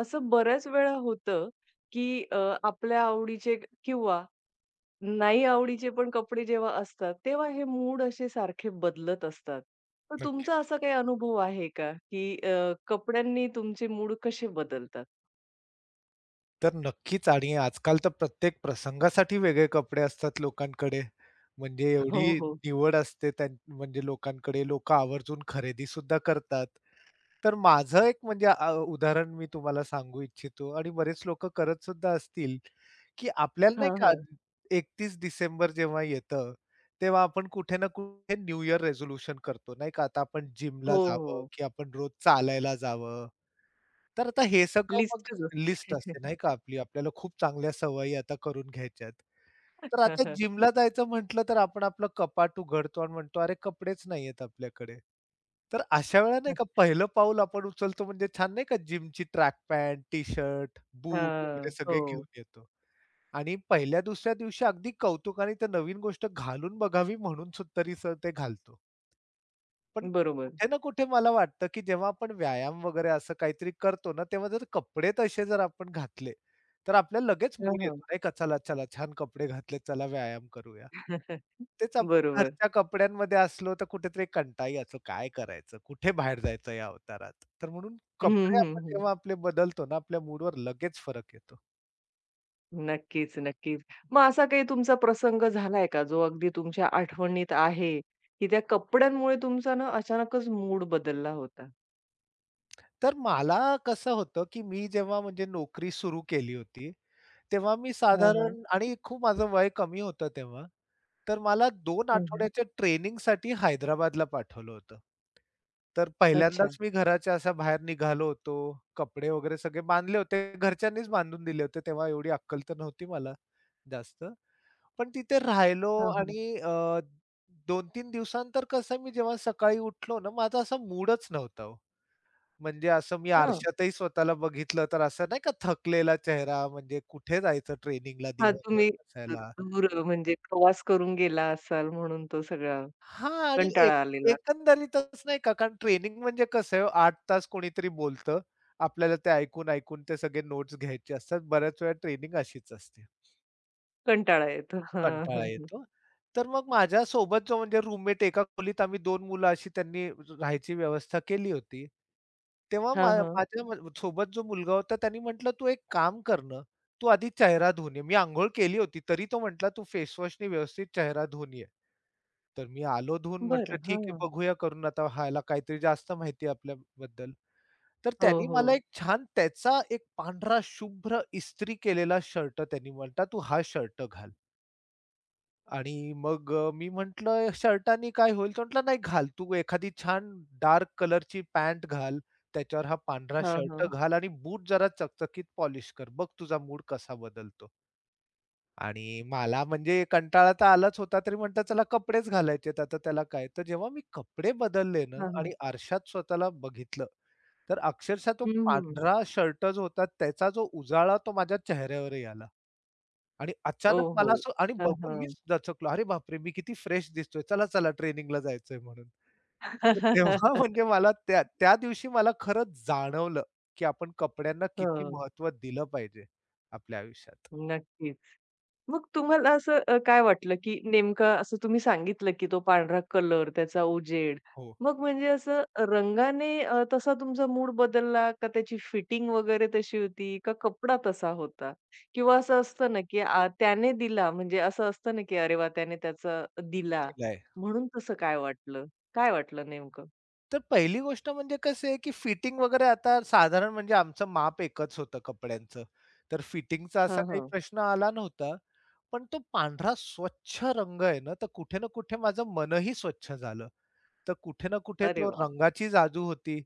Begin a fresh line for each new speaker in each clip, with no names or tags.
असं बऱ्याच वेळा होतं, की आपल्या आवडीचे किंवा नाही आवडीचे पण कपडे जेव्हा असतात, तेव्हा हे मूड असे सारखे बदलत असतात. तर तुमचा
नक्कीच.
असा काही अनुभव आहे का, की कपड्यांनी तुमचे मूड कसे बदलतात?
तर नक्कीच आणि आजकाल तर प्रत्येक प्रसंगासाठी वेगळे कपडे असतात लोकांकडे. म्हणजे
हो,
एवढी
हो.
निवड असते म्हणजे लोकांकडे. लोकं आवर्जून खरेदी सुद्धा करतात. तर माझं एक म्हणजे उदाहरण मी तुम्हाला सांगू इच्छितो आणि बरेच लोकं करत सुद्धा असतील, की आपल्याला नाही
हां,
का
हां.
31 डिसेंबर जेव्हा येतं, तेव्हा आपण कुठे ना कुठे न्यू इयर रिझोल्यूशन करतो, नाही का? आता आपण
हो,
जिमला जावं,
हो.
की आपण रोज चालायला जावं. तर आता हे सगळं मग
लिस्टच
लिस्ट
असते.
असते नाही का आपली, आपल्याला खूप चांगल्या सवयी आता करून घ्यायच्या. तर
हं,
आता
हं.
जिमला जायचं म्हटलं तर आपण आपलं कपाट उघडतो आणि म्हणतो, "अरे कपडेच नाहीयेत आपल्याकडे." तर अशा वेळेला नाही का पहिलं पाऊल आपण उचलतो म्हणजे छान नाही का जिमची ट्रॅक पॅन्ट, टी-शर्ट, बूट वगैरे
हां.
सगळे
हो.
घेऊन येतो आणि पहिल्या दुसऱ्या दिवशी अगदी कौतुकाने ते नवीन गोष्ट घालून बघावी म्हणून सु तरी सर ते घालतो. पण
बरोबर.
कुठे ना कुठे मला वाटतं, की जेव्हा आपण व्यायाम वगैरे असं काहीतरी करतो ना, तेव्हा जर कपडे तसे जर आपण घातले, तर आपल्याला लगेच
हां,
मूड
हां.
येतो नाही का, चला, चला छान कपडे घातले, चला व्यायाम करूया. तेच आपण
बरोबर.
घरच्या कपड्यांमध्ये असलो तर कुठेतरी कंटाळा यायचो, काय करायचं, कुठे बाहेर जायचं या अवतारात. तर म्हणून
हं,
कपडे
हं,
आपण
हं.
जेव्हा आपले बदलतो ना, आपल्या मूडवर लगेच फरक येतो.
नक्कीच, नक्कीच. मग असा काही तुमचा प्रसंग झालाय का, जो अगदी तुमच्या आठवणीत आहे, की त्या कपड्यांमुळे तुमचा ना अचानकच मूड बदलला होता?
तर मला कसं होतं, की मी जेव्हा म्हणजे नोकरी सुरू केली होती, तेव्हा मी
हां, हां.
साधारण आणि खूप माझं वय कमी होतं तेव्हा. तर मला दोन
हं, हं.
आठवड्याच्या ट्रेनिंगसाठी हैदराबादला पाठवलं होतं. तर
अच्छा.
पहिल्यांदाच मी घराच्या असा बाहेर निघालो होतो. कपडे वगैरे सगळे बांधले होते. घरच्यांनीच बांधून दिले होते. तेव्हा एवढी अक्कल तर नव्हती मला जास्त. पण तिथे राहिलो
हां, हां.
आणि 2-3 दिवसानंतर कसं मी जेव्हा सकाळी उठलो ना, माझा असा मूडच नव्हता हो. म्हणजे असं मी
हां.
आरशातही स्वतःला बघितलं तर असं नाही का थकलेला चेहरा म्हणजे कुठे जायचं ट्रेनिंगला
हां,
दिवसभर
तुम्ही अ,
बसायला.
दूर म्हणजे प्रवास करून गेला असाल म्हणून तो सगळा
हां आणि
कंटाळा आलेला
एकंदरीतच नाही का, कारण ट्रेनिंग म्हणजे कसं आहे, 8 तास कोणीतरी बोलतं. आपल्याला ते ऐकून-ऐकून ते सगळे नोट्स घ्यायचे असतात. बऱ्याच वेळा ट्रेनिंग अशीच असते.
कंटाळा येतो. हां,
कंटाळा
हां, हां.
येतो. तर मग माझ्यासोबत जो म्हणजे रूममेट एका खोलीत आम्ही 2 मुलं अशी त्यांनी राहायची व्यवस्था केली होती. तेव्हा मा
हां, हां.
माझ्या म सोबत जो मुलगा होता त्यांनी म्हटलं, "तू एक काम कर ना, तू आधी चेहरा धुवून ये." मी अंघोळ केली होती, तरी तो म्हटला, "तू फेसवॉशनी व्यवस्थित चेहरा धुवून ये." तर मी आलो धुवून म्हटलं,
बरं.
"ठीक आहे, बघूया करून आता ह्याला काहीतरी जास्त माहिती आहे आपल्याबद्दल." तर
हो,
त्यांनी
हो.
मला एक छान त्याचा एक पांढरा शुभ्र इस्त्री केलेला शर्ट त्यांनी म्हटला, "तू हा शर्ट घाल." आणि मग मी म्हटलं, "शर्टानी काय होईल?" तो म्हटला, "नाही घाल. तू एखादी छान डार्क कलरची पॅन्ट घाल, त्याच्यावर हा पांढरा
हां,
शर्ट
हां.
घाल आणि बूट जरा चकचकीत पॉलिश कर. बघ तुझा मूड कसा बदलतो." आणि मला म्हणजे कंटाळा तर आलाच होता, तरी म्हटलं चला कपडेच घालायचेत आता त्याला काय. तर जेव्हा मी कपडे बदलले ना
हां,
आणि
हां.
आरशात स्वतःला बघितलं, तर अक्षरशः तो
हं, हं.
पांढरा शर्ट जो होता त्याचा जो उजाळा तो माझ्या चेहऱ्यावरही आला. आणि अचानक
ओहो!
मला असं आणि
हां,
बघून
हां.
मीच दचकलो. "अरे बापरे! मी किती फ्रेश दिसतोय. चला, चला ट्रेनिंगला जायचंय" म्हणून. तर तेव्हा म्हणजे मला त्या त्या दिवशी मला खरंच जाणवलं, की आपण कपड्यांना किती
हो.
महत्त्व दिलं पाहिजे आपल्या आयुष्यात.
नक्कीच. मग तुम्हाला असं काय वाटलं, की नेमकं असं तुम्ही सांगितलं, की तो पांढरा कलर, त्याचा उजेड.
हो,
मग म्हणजे असं रंगाने तसा तुमचा मूड बदलला का त्याची फिटिंग वगैरे तशी होती का कपडा तसा होता? किंवा असं असतं ना, की त्याने दिला म्हणजे असं असतं ना, की अरे वाह! त्याने त्याचा दिला
दिलंय.
म्हणून तसं काय वाटलं? काय वाटलं नेमकं?
तर पहिली गोष्ट म्हणजे कसं आहे, की फिटिंग वगैरे आता साधारण म्हणजे आमचं माप एकच होतं कपड्यांचं. तर फिटिंगचा असा
हां,
काही
हां.
प्रश्न आला नव्हता. पण तो पांढरा स्वच्छ रंग आहे ना, तर कुठे ना कुठे माझं मनही स्वच्छ झालं. तर कुठे ना कुठे
अरे
तो
वाह!
रंगाची जादू होती,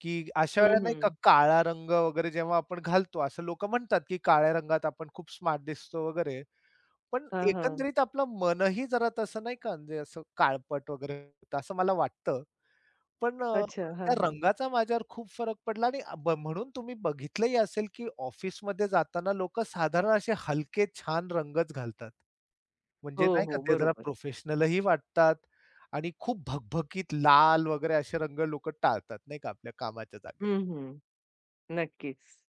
की अशा वेळेला
हं,
नाही का
हं.
काळा रंग वगैरे जेव्हा आपण घालतो, असं लोकं म्हणतात, की काळ्या रंगात आपण खूप स्मार्ट दिसतो वगैरे. पण
हां, हां.
एकंदरीत आपलं मनही जरा तसं नाही का, म्हणजे असं काळपट वगैरे होतं, असं मला वाटतं. पण
अच्छा. हां,
त्या
हां.
रंगाचा माझ्यावर खूप फरक पडला आणि म्हणून तुम्ही बघितलंही असेल, की ऑफिसमध्ये जाताना लोकं साधारण असे हलके छान रंगच घालतात. म्हणजे
हो,
नाही का
हो.
ते जरा
बरोबर.
प्रोफेशनलही वाटतात आणि खूप भगभगीत लाल वगैरे असे रंग लोकं टाळतात नाही का आपल्या कामाच्या जागेत.
हं, हं. नक्कीच.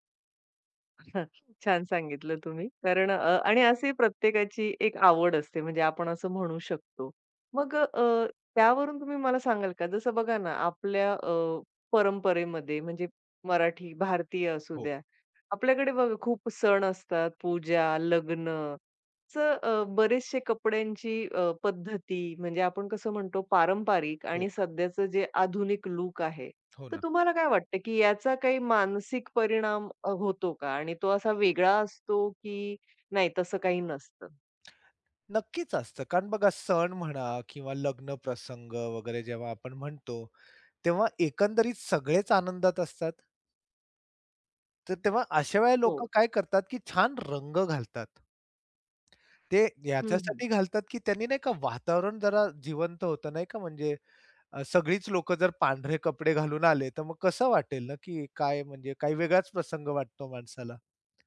हां, छान सांगितलं तुम्ही. कारण आणि असे प्रत्येकाची एक आवड असते म्हणजे आपण असं म्हणू शकतो. मग त्यावरून तुम्ही मला सांगाल का जसं बघा ना आपल्या परंपरेमध्ये म्हणजे मराठी, भारतीय असू
हो,
द्या, आपल्याकडे बघा खूप सण असतात, पूजा, लग्न चं, बरेचसे कपड्यांची पद्धती म्हणजे आपण कसं म्हणतो पारंपरिक
हो.
आणि सध्याचं जे आधुनिक लूक आहे.
हो
तर
ना.
तुम्हाला काय वाटतं, की याचा काही मानसिक परिणाम होतो का? आणि तो असा वेगळा असतो, की नाही तसं काही नसतं?
नक्कीच असतं. कारण बघा सण म्हणा किंवा लग्न प्रसंग वगैरे जेव्हा आपण म्हणतो, तेव्हा एकंदरीत सगळेच आनंदात असतात. तर तेव्हा अशा वेळेला लोकं
हो.
काय करतात, की छान रंग घालतात. ते
हं, हं.
याच्यासाठी घालतात, की त्यांनी नाही का वातावरण जरा जिवंत होतं नाही का म्हणजे सगळीच लोकं जर पांढरे कपडे घालून आले, तर मग कसं वाटेल ना, की काय म्हणजे काही वेगळाच प्रसंग वाटतो माणसाला.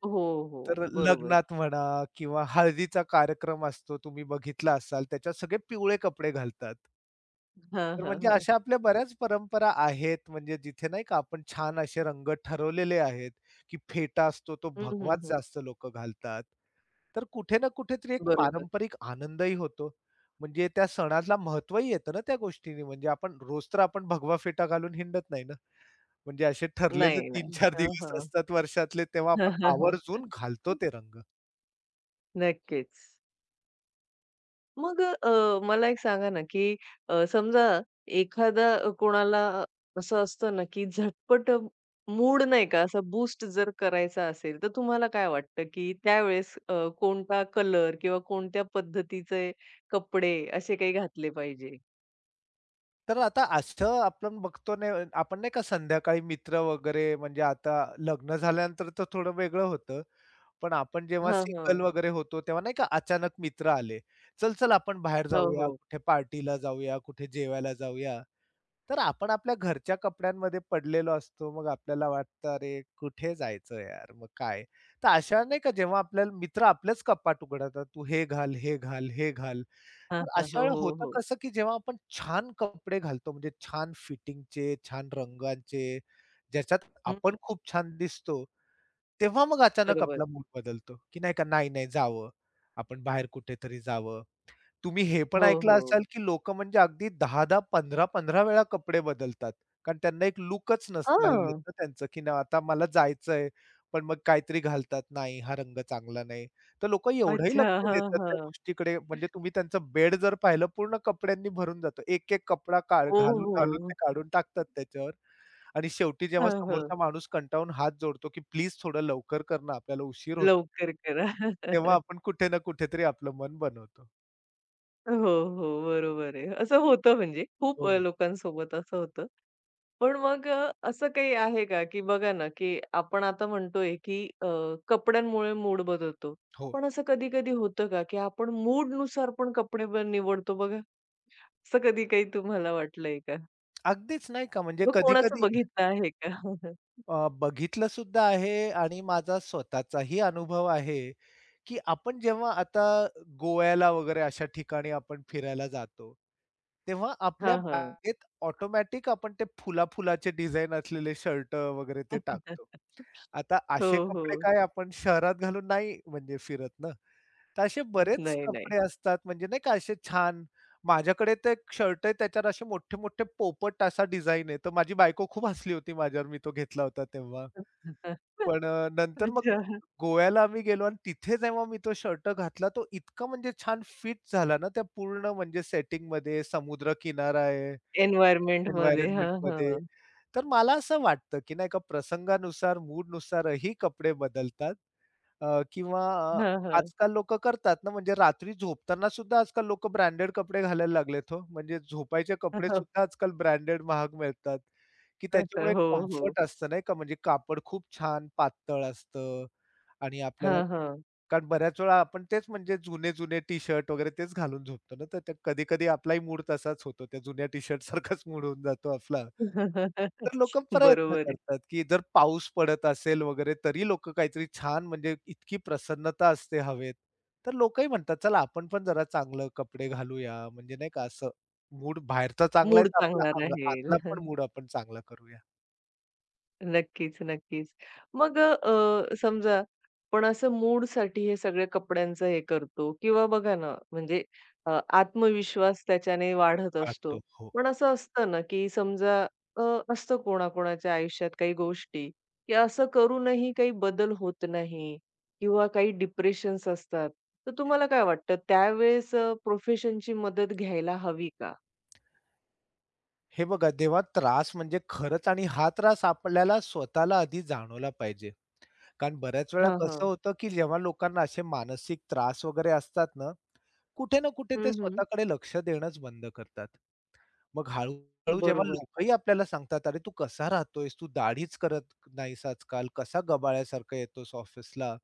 हो, हो.
तर
बरोबर.
लग्नात म्हणा किंवा हळदीचा कार्यक्रम असतो तुम्ही बघितला असाल, त्याच्यात सगळे पिवळे कपडे घालतात.
हां,
तर
हां,
म्हणजे
हां.
अशा आपल्या बऱ्याच परंपरा आहेत, म्हणजे जिथे नाही का आपण छान असे रंग ठरवलेले आहेत, की फेटा असतो तो
हं, हं,
भगवाच
हं.
जास्त लोक घालतात. तर कुठे ना कुठेतरी एक
बरोबर.
पारंपरिक आनंदही होतो. म्हणजे त्या सणाला महत्त्वही येतं ना त्या गोष्टीने. म्हणजे आपण रोज तर आपण भगवा फेटा घालून हिंडत नाही ना. म्हणजे असे ठरलेले
नाही, नाही.
3-4
हं.
दिवस
हां,
असतात वर्षातले, तेव्हा आपण आवर्जून घालतो ते रंग.
नक्कीच. मग मला एक सांगा ना, की समजा एखादा कोणाला असं असतं ना, की झटपट मूड नाही का असा बूस्ट जर करायचा असेल, तर तुम्हाला काय वाटतं, की त्यावेळेस कोणता कलर किंवा कोणत्या पद्धतीचे कपडे असे काही घातले पाहिजे?
तर आता असं आपण बघतो नाही आपण नाही का संध्याकाळी मित्र वगैरे म्हणजे आता लग्न झाल्यानंतर तर थोडं वेगळं होतं. पण आपण जेव्हा
हां,
सिंगल
हां.
वगैरे होतो, तेव्हा नाही का अचानक मित्र आले. चल-चल आपण बाहेर
हो,
जाऊया,
हो.
कुठे पार्टीला जाऊया, कुठे जेवायला जाऊया. तर आपण आपल्या घरच्या कपड्यांमध्ये पडलेलो असतो. मग आपल्याला वाटतं, "अरे कुठे जायचं यार, मग काय?" तर अशा नाही का जेव्हा आपल्याला मित्र आपलेच कपाट उघडतात, "तू हे घाल, हे घाल, हे घाल."
हां,
तर
हां.
अशा
हो,
वेळेला
हो,
होतं
हो.
कसं, की जेव्हा आपण छान कपडे घालतो, म्हणजे छान फिटिंगचे, छान रंगांचे, ज्याच्यात
हं,
आपण खूप छान दिसतो, तेव्हा मग अचानक
बरोबर.
आपला मूड बदलतो, की नाही का, नाही, नाही जावं, आपण बाहेर कुठेतरी जावं. तुम्ही हे पण
हो,
ऐकलं
हो.
असाल, की लोकं म्हणजे अगदी 10-10, 15-15 वेळा कपडे बदलतात. कारण त्यांना एक लुकच नाही येत
हां.
ना त्यांचं, की ना आता मला जायचंय, पण मग काहीतरी घालतात, नाही हा रंग चांगला नाही. तर लोकं एवढंही
अच्छा.
लक्ष
हां,
देतात त्या
हां.
गोष्टीकडे म्हणजे तुम्ही त्यांचं बेड जर पाहिलं पूर्ण कपड्यांनी भरून जातो. एक-एक कपडा
हो,
घालून-घालून
हो.
ते काढून टाकतात त्याच्यावर आणि शेवटी जेव्हा
हां,
समोरचा
हां.
माणूस कंटाळून हात जोडतो, की प्लीज थोडं लवकर कर आपल्याला उशीर होतो.
लवकर करा.
तेव्हा आपण कुठे ना कुठेतरी आपलं मन बनवतो.
हो, हो. बरोबर आहे. असं होतं म्हणजे खूप
हो ना.
लोकांसोबत असं होतं. पण मग असं काही आहे का, की बघा ना, की आपण आता म्हणतोय, की कपड्यांमुळे मूड बदलतो.
हो.
पण असं कधी-कधी होतं का, की आपण मूडनुसार पण कपडे ब निवडतो बघा? असं कधी काही तुम्हाला वाटलंय का?
अगदीच नाही का म्हणजे
किंवा कोणाचं
कधी-कधी
बघितलं आहे का?
बघितलं सुद्धा आहे आणि माझा स्वतःचाही अनुभव आहे, की आपण जेव्हा आता गोव्याला वगैरे अशा ठिकाणी आपण फिरायला जातो, तेव्हा आपल्या
हां, हां.
बॅगेत ऑटोमॅटिक आपण ते फुला-फुलाचे डिझाइन असलेले शर्ट वगैरे ते टाकतो. आता
हो,
असे कपडे
हो.
काय आपण शहरात घालून नाही म्हणजे फिरत ना. तर असे बरेच
नाही, नाही.
कपडे असतात म्हणजे नाही का असे छान. माझ्याकडे ते एक शर्ट आहे त्याच्यावर असे मोठे-मोठे पोपट असा डिझाइन आहे. तर माझी बायको खूप हसली होती माझ्यावर मी तो घेतला होता तेव्हा. पण नंतर मग
अच्छा.
गोव्याला आम्ही गेलो आणि तिथे जेव्हा मी तो शर्ट घातला तो इतका म्हणजे छान फिट झाला ना, त्या पूर्ण म्हणजे सेटिंगमध्ये, समुद्र किनारा आहे,
एन्व्हायर्नमेंटमध्ये. हां,
एन्व्हायर्नमेंटमध्ये.
हां.
तर मला असं वाटतं, की नाही का प्रसंगानुसार, मूडनुसारही कपडे बदलतात. किंवा अ,
हां, हां.
आजकाल लोकं करतात ना, म्हणजे रात्री झोपताना सुद्धा आजकाल लोकं ब्रँडेड कपडे घालायला लागलेत हो. म्हणजे झोपायचे कपडे सुद्धा आजकाल ब्रँडेड महाग मिळतात, की त्याच्यामुळे
हो, हो.
कम्फर्ट असतं नाही का. म्हणजे कापड खूप छान पातळ असतं आणि आपल्याला
हां, हां.
कारण बऱ्याच वेळा आपण तेच म्हणजे जुने-जुने टी-शर्ट वगैरे तेच घालून झोपतो ना, तर कधी-कधी आपलाही मूड तसाच होतो. त्या जुन्या टी-शर्ट सारखाच मूड होऊन जातो आपला. तर लोकं प्रयत्न
बरोबर आहे.
करतात, की जर पाऊस पडत असेल वगैरे तरी लोकं काहीतरी छान म्हणजे इतकी प्रसन्नता असते हवेत. तर लोकंही म्हणतात, "चला आपण पण जरा चांगलं कपडे घालूया." म्हणजे नाही का असं मूड बाहेरचा चांगला आहे,
मूड
तर आपला
चांगला राहील.
आतला पण मूड आपण चांगला करूया.
नक्कीच, नक्कीच. मग समजा पण असं मूडसाठी हे सगळे कपड्यांचं हे करतो किंवा बघा ना, म्हणजे अ, आत्मविश्वास त्याच्याने वाढत असतो.
वाढतो. हो.
पण असं असतं ना, की समजा अ, असतं कोणाकोणाच्या आयुष्यात काही गोष्टी, की असं करूनही काही बदल होत नाही किंवा काही डिप्रेशन्स असतात. तर तुम्हाला काय वाटतं त्यावेळेस प्रोफेशनची मदत घ्यायला हवी का?
हे बघा, तेव्हा त्रास म्हणजे खरंच आणि हा त्रास आपल्याला स्वतःला आधी जाणवला पाहिजे. कारण बऱ्याच वेळा
हां,
कसं
हां.
होतं, की जेव्हा लोकांना असे मानसिक त्रास वगैरे असतात ना, कुठे ना कुठे ते
हं,
स्वतःकडे लक्ष देणंच बंद करतात. मग हळू-हळू जेव्हा
बरोबर.
लोकही आपल्याला सांगतात, "अरे, तू कसा राहतोयस? तू दाढीच करत नाहीस आजकाल. कसा गबाळ्यासारखा येतोस ऑफिसला?"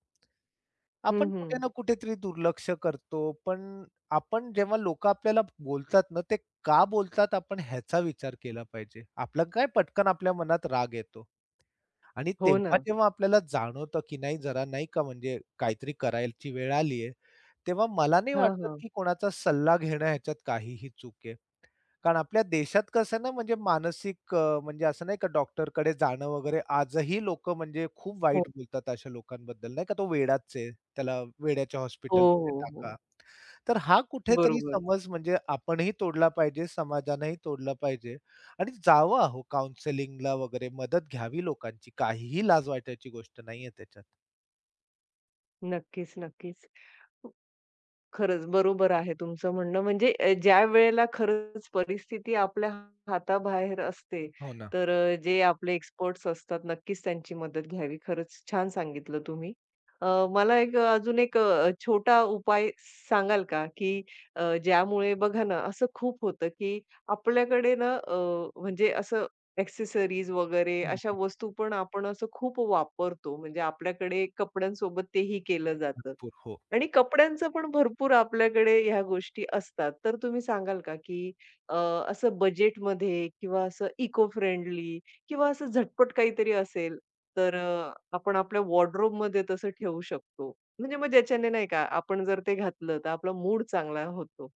हं,
आपण कुठे
हं.
ना कुठेतरी दुर्लक्ष करतो. पण आपण जेव्हा लोकं आपल्याला बोलतात ना, ते का बोलतात आपण ह्याचा विचार केला पाहिजे. आपला काय पटकन आपल्या मनात राग येतो आणि
हो ना.
तेव्हा जेव्हा आपल्याला जाणवतं, की नाही जरा नाही का म्हणजे काहीतरी करायची वेळ आली तेव्हा मला नाही
हां,
वाटत,
हां.
की कोणाचा सल्ला घेणं ह्याच्यात काहीही चूक आहे. कारण आपल्या देशात कसं ना म्हणजे मानसिक म्हणजे असं नाही का डॉक्टरकडे जाणं वगैरे आजही लोकं म्हणजे खूप
हो,
वाईट बोलतात अशा लोकांबद्दल नाही का, तो वेडाच आहे, त्याला वेड्याच्या
हो,
हॉस्पिटलमध्ये
हो, हो.
टाका. तर हा कुठेतरी
बरोबर.
समज म्हणजे आपणही तोडला पाहिजे, समाजानंही तोडला पाहिजे आणि जावं अहो काउन्सिलिंगला वगैरे मदत घ्यावी लोकांची. काहीही लाज वाटायची गोष्ट नाहीये त्याच्यात.
नक्कीच, नक्कीच. खरंच, बरोबर आहे तुमचं म्हणणं. म्हणजे ज्या वेळेला खरंच परिस्थिती आपल्या हाताबाहेर असते,
हो ना.
तर जे आपले एक्सपर्ट्स असतात, नक्कीच त्यांची मदत घ्यावी. खरंच छान सांगितलं तुम्ही. अ, मला एक अजून एक छोटा उपाय सांगाल का? की ज्यामुळे बघा ना, असं खूप होतं, की आपल्याकडे ना म्हणजे असं एक्सेसरीज वगैरे
हं,
अशा वस्तू पण आपण असं खूप वापरतो. म्हणजे आपल्याकडे कपड्यांसोबत तेही केलं जातं.
भरपूर. हो.
आणि कपड्यांचं पण भरपूर आपल्याकडे ह्या गोष्टी असतात. तर तुम्ही सांगाल का, की अ, असं बजेटमध्ये किंवा असं इको फ्रेंडली किंवा असं झटपट काहीतरी असेल, तर आपण आपल्या वॉर्डरोबमध्ये तसं ठेवू शकतो. म्हणजे मग ज्याच्याने नाही का, आपण जर ते घातलं तर आपला मूड चांगला होतो.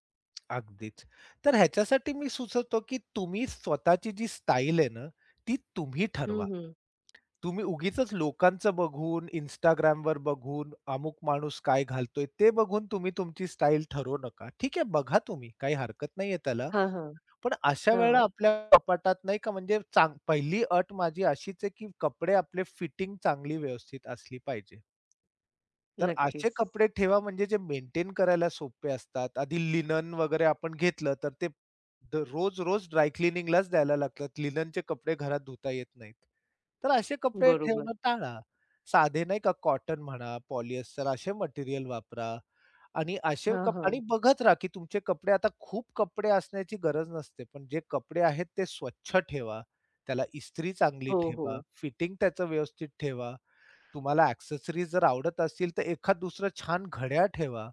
अगदीच. तर ह्याच्यासाठी मी सुचवतो, की तुम्ही स्वतःची जी स्टाईल आहे ना, ती तुम्ही ठरवा.
हं, हं.
तुम्ही उगीचच लोकांचं बघून, Instagramवर बघून, अमुक माणूस काय घालतोय, ते बघून तुम्ही तुमची स्टाईल ठरवू नका. ठीक आहे, बघा तुम्ही, काही हरकत नाहीये त्याला.
हां, हां.
पण अशा वेळेला
हां.
आपल्या कपाटात नाही का म्हणजे पहिली अट माझी अशीच आहे, की कपडे आपले फिटिंग चांगली व्यवस्थित असली पाहिजे. तर असे
नक्कीच.
कपडे ठेवा म्हणजे जे मेंटेन करायला सोपे असतात. आधी लिनन वगैरे आपण घेतलं तर ते रोज-रोज ड्राय क्लिनिंगलाच द्यायला लागतात. लिननचे कपडे घरात धुता येत नाहीत. तर असे कपडे
बरोबर.
ठेवणं टाळा. साधे नाही का कॉटन म्हणा, पॉलिएस्टर असे मटेरियल वापरा. आणि असे
हां,
कप
हां.
आणि बघत राहा, की तुमचे कपडे आता खूप कपडे असण्याची गरज नसते, पण जे कपडे आहेत ते स्वच्छ ठेवा. त्याला इस्त्री चांगली
हो,
ठेवा,
हो.
फिटिंग त्याचं व्यवस्थित ठेवा. तुम्हाला एक्सेसरीज जर आवडत असतील, तर एखाद दुसरं छान घड्याळ ठेवा.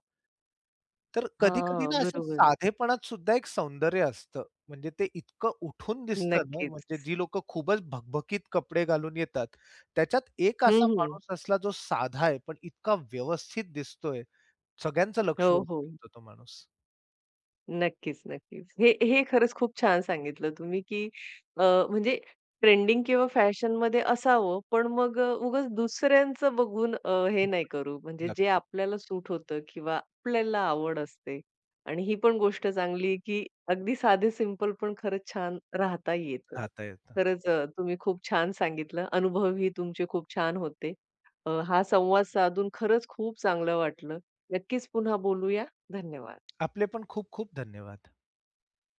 तर कधी-कधी ना
हां,
असं
बरोबर.
साधेपणात सुद्धा एक सौंदर्य असतं. म्हणजे ते इतकं उठून दिसतं ना, म्हणजे
नक्कीच.
जी लोकं खूपच भकभकीत कपडे घालून येतात, त्याच्यात एक असा
हं, हं.
माणूस असला जो साधा आहे, पण इतका व्यवस्थित दिसतोय. सगळ्यांचं
हो,
लक्ष ओढून
हो.
घेतो तो माणूस.
नक्कीच, नक्कीच. हे हे खरंच खूप छान सांगितलं तुम्ही, की अ, म्हणजे ट्रेंडिंग किंवा फॅशनमध्ये असावं, पण मग उगाच दुसऱ्यांचं बघून हे नाही करू. म्हणजे जे
नक्की.
आपल्याला सूट होतं किंवा आपल्याला आवड असते. आणि ही पण गोष्ट चांगली, की अगदी साधे सिंपल पण खरंच छान राहता येतं.
राहता येतं.
खरंच तुम्ही खूप छान सांगितलं. अनुभवही तुमचे खूप छान होते. हा संवाद साधून खरंच खूप चांगलं वाटलं. नक्कीच पुन्हा बोलूया. धन्यवाद.
आपले पण खूप खूप धन्यवाद.